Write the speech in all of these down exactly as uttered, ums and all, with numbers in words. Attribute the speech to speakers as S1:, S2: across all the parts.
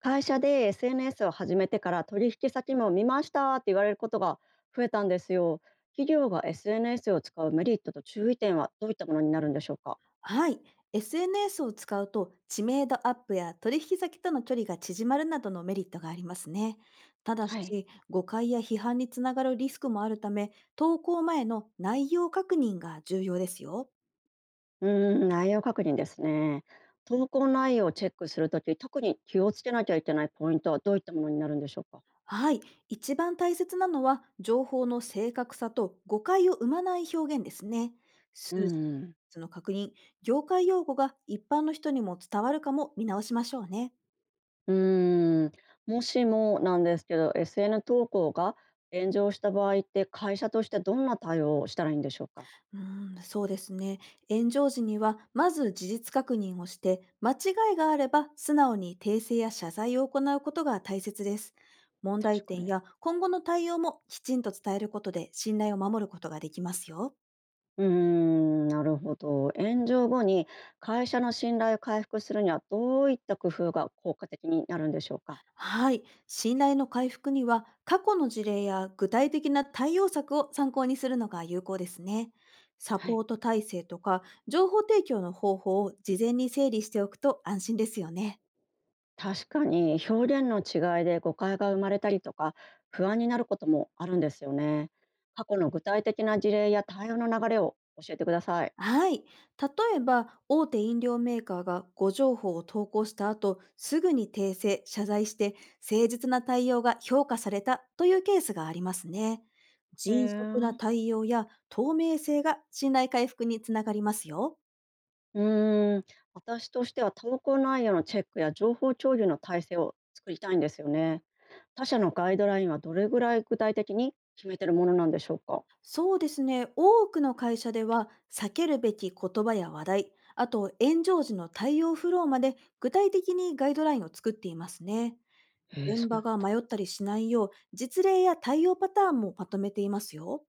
S1: 会社で エスエヌエス を始めてから取引先も見ましたって言われることが増えたんですよ。企業が エスエヌエス を使うメリットと注意点はどういったものになるんでしょうか？
S2: はい。エスエヌエス を使うと知名度アップや取引先との距離が縮まるなどのメリットがありますね。ただ
S1: はい。
S2: し、誤解や批判につながるリスクもあるため、投稿前の内容確認が重要ですよ。
S1: うーん、内容確認ですね。投稿内容をチェックするとき、特に気をつけなきゃいけないポイントはどういったものになるんでしょうか？
S2: はい。一番大切なのは、情報の正確さと誤解を生まない表現ですね。
S1: う
S2: 数字
S1: ん。
S2: の確認、業界用語が一般の人にも伝わるかも見直しましょうね。
S1: うーん、もしもなんですけど、エスエヌ 投稿が炎上した場合って会社としてどんな対応をしたらいいんでしょうか？
S2: うーん、そうですね。炎上時には、まず事実確認をして、間違いがあれば素直に訂正や謝罪を行うことが大切です。問題
S1: 確か
S2: 点
S1: に。
S2: や今後の対応もきちんと伝えることで信頼を守ることができますよ。
S1: うーん、なるほど。炎上後に会社の信頼を回復するにはどういった工夫が効果的になるんでしょうか。
S2: はい。信頼の回復には、過去の事例や具体的な対応策を参考にするのが有効ですね。サ
S1: は
S2: ポ
S1: い。
S2: ート体制とか、情報提供の方法を事前に整理しておくと安心ですよね。
S1: 確かに表現の違いで誤解が生まれたりとか不安になることもあるんですよね。過去の具体的な事例や対応の流れを教えてください。
S2: はい。例えば、大手飲料メーカーが誤情報を投稿した後、すぐに訂正、謝罪して、誠実な対応が評価されたというケースがありますね。
S1: へ
S2: 迅速な
S1: え。
S2: 対応や透明性が信頼回復につながりますよ。
S1: うーん、私としては投稿内容のチェックや情報共有の体制を作りたいんですよね。他社のガイドラインはどれぐらい具体的に決めてるものなんでしょうか。
S2: そうですね。多くの会社では、避けるべき言葉や話題、あと炎上時の対応フローまで具体的にガイドラインを作っていますね。
S1: へえ、そ
S2: 現
S1: うな
S2: 場
S1: ん
S2: が
S1: だ。
S2: 迷ったりしないよう、実例や対応パターンもまとめていますよ。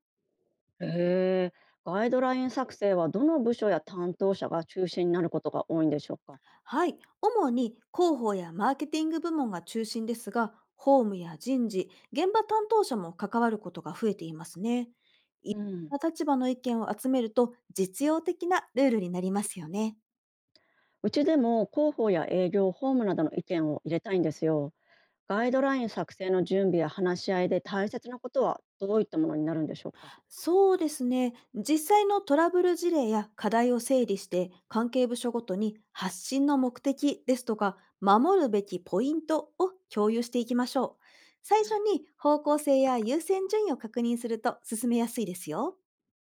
S1: へえ。ガイドライン作成はどの部署や担当者が中心になることが多いんでしょうか。
S2: はい。主に広報やマーケティング部門が中心ですが、法務や人事、現場担当者も関わることが増えていますね。
S1: うん。
S2: 立場の意見を集めると実用的なルールになりますよね。
S1: うちでも広報や営業、法務などの意見を入れたいんですよ。ガイドライン作成の準備や話し合いで大切なことはどういったものになるんでしょうか。
S2: そうですね。実際のトラブル事例や課題を整理して、関係部署ごとに発信の目的ですとか、守るべきポイントを共有していきましょう。最初に方向性や優先順位を確認すると進めやすいですよ。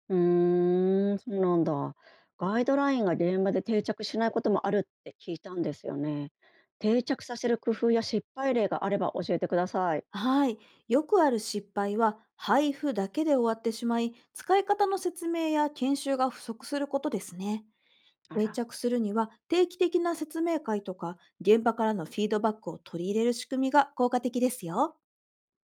S1: うーん、そうなんだ。ガイドラインが現場で定着しないこともあるって聞いたんですよね。定着させる工夫や失敗例があれば教えてください。
S2: はい。よくある失敗は、配布だけで終わってしまい、使い方の説明や研修が不足することですね。
S1: あ
S2: 定
S1: ら。
S2: 着するには、定期的な説明会とか現場からのフィードバックを取り入れる仕組みが効果的ですよ。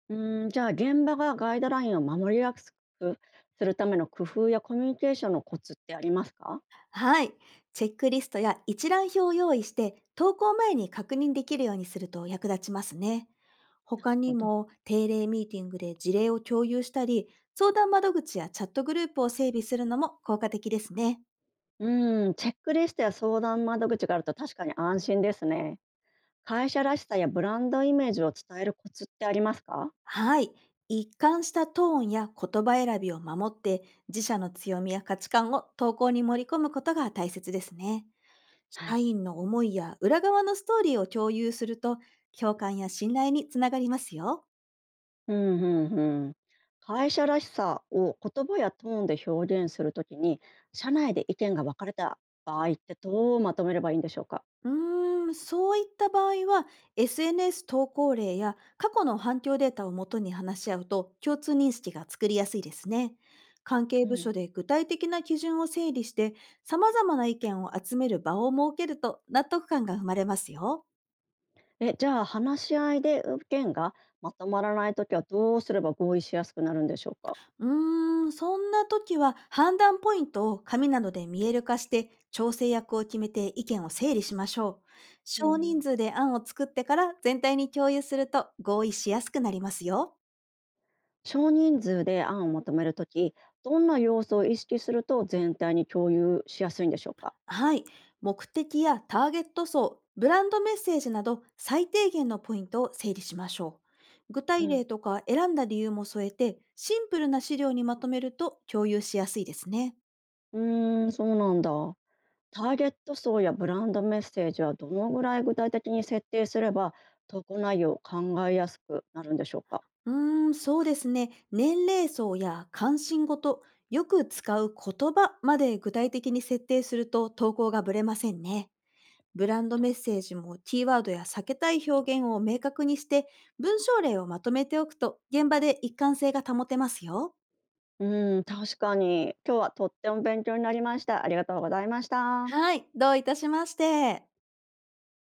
S1: うん、じゃあ現場がガイドラインを守りやすくするための工夫やコミュニケーションのコツってありますか？
S2: はい。チェックリストや一覧表を用意して投稿前に確認できるようにすると役立ちますね。
S1: なる
S2: 他
S1: ほ
S2: に
S1: ど。
S2: も、定例ミーティングで事例を共有したり、相談窓口やチャットグループを整備するのも効果的ですね。
S1: うん、チェックリストや相談窓口があると確かに安心ですね。会社らしさやブランドイメージを伝えるコツってありますか？
S2: はい。一貫したトーンや言葉選びを守って、自社の強みや価値観を投稿に盛り込むことが大切ですね。
S1: は
S2: 社
S1: い。
S2: 員の思いや裏側のストーリーを共有すると、共感や信頼につながりますよ。
S1: うんうんうん。会社らしさを言葉やトーンで表現するときに、社内で意見が分かれた場合ってどうまとめればいいんでしょうか？
S2: うーん、そういった場合は、エスエヌエス 投稿例や過去の反響データをもとに話し合うと、共通認識が作りやすいですね。関係
S1: う
S2: 部
S1: ん。
S2: 署で具体的な基準を整理して、様々な意見を集める場を設けると納得感が生まれますよ。
S1: え、じゃあ話し合いで意見がまとまらないときはどうすれば合意しやすくなるんでしょうか？
S2: うーん、そんな時は、判断ポイントを紙などで見える化して、調整役を決めて意見を整理しましょう。
S1: う
S2: 少人
S1: ん、
S2: 数で案を作ってから全体に共有すると合意しやすくなりますよ。
S1: 少人数で案をまとめるとき、どんな要素を意識すると全体に共有しやすいんでしょうか？
S2: はい。目的やターゲット層、ブランドメッセージなど最低限のポイントを整理しましょう。具
S1: う
S2: 体
S1: ん、
S2: 例とか選んだ理由も添えて、シンプルな資料にまとめると共有しやすいですね。
S1: うーん、そうなんだ。ターゲット層やブランドメッセージはどのぐらい具体的に設定すれば投稿内容を考えやすくなるんでしょうか？
S2: うーん、そうですね。年齢層や関心事、よく使う言葉まで具体的に設定すると投稿がぶれませんね。ブランドメッセージもキーワードや避けたい表現を明確にして、文章例をまとめておくと現場で一貫性が保てますよ。
S1: うん、確かに。今日はとっても勉強になりました。ありがとうございました。
S2: はい、どういたしまして。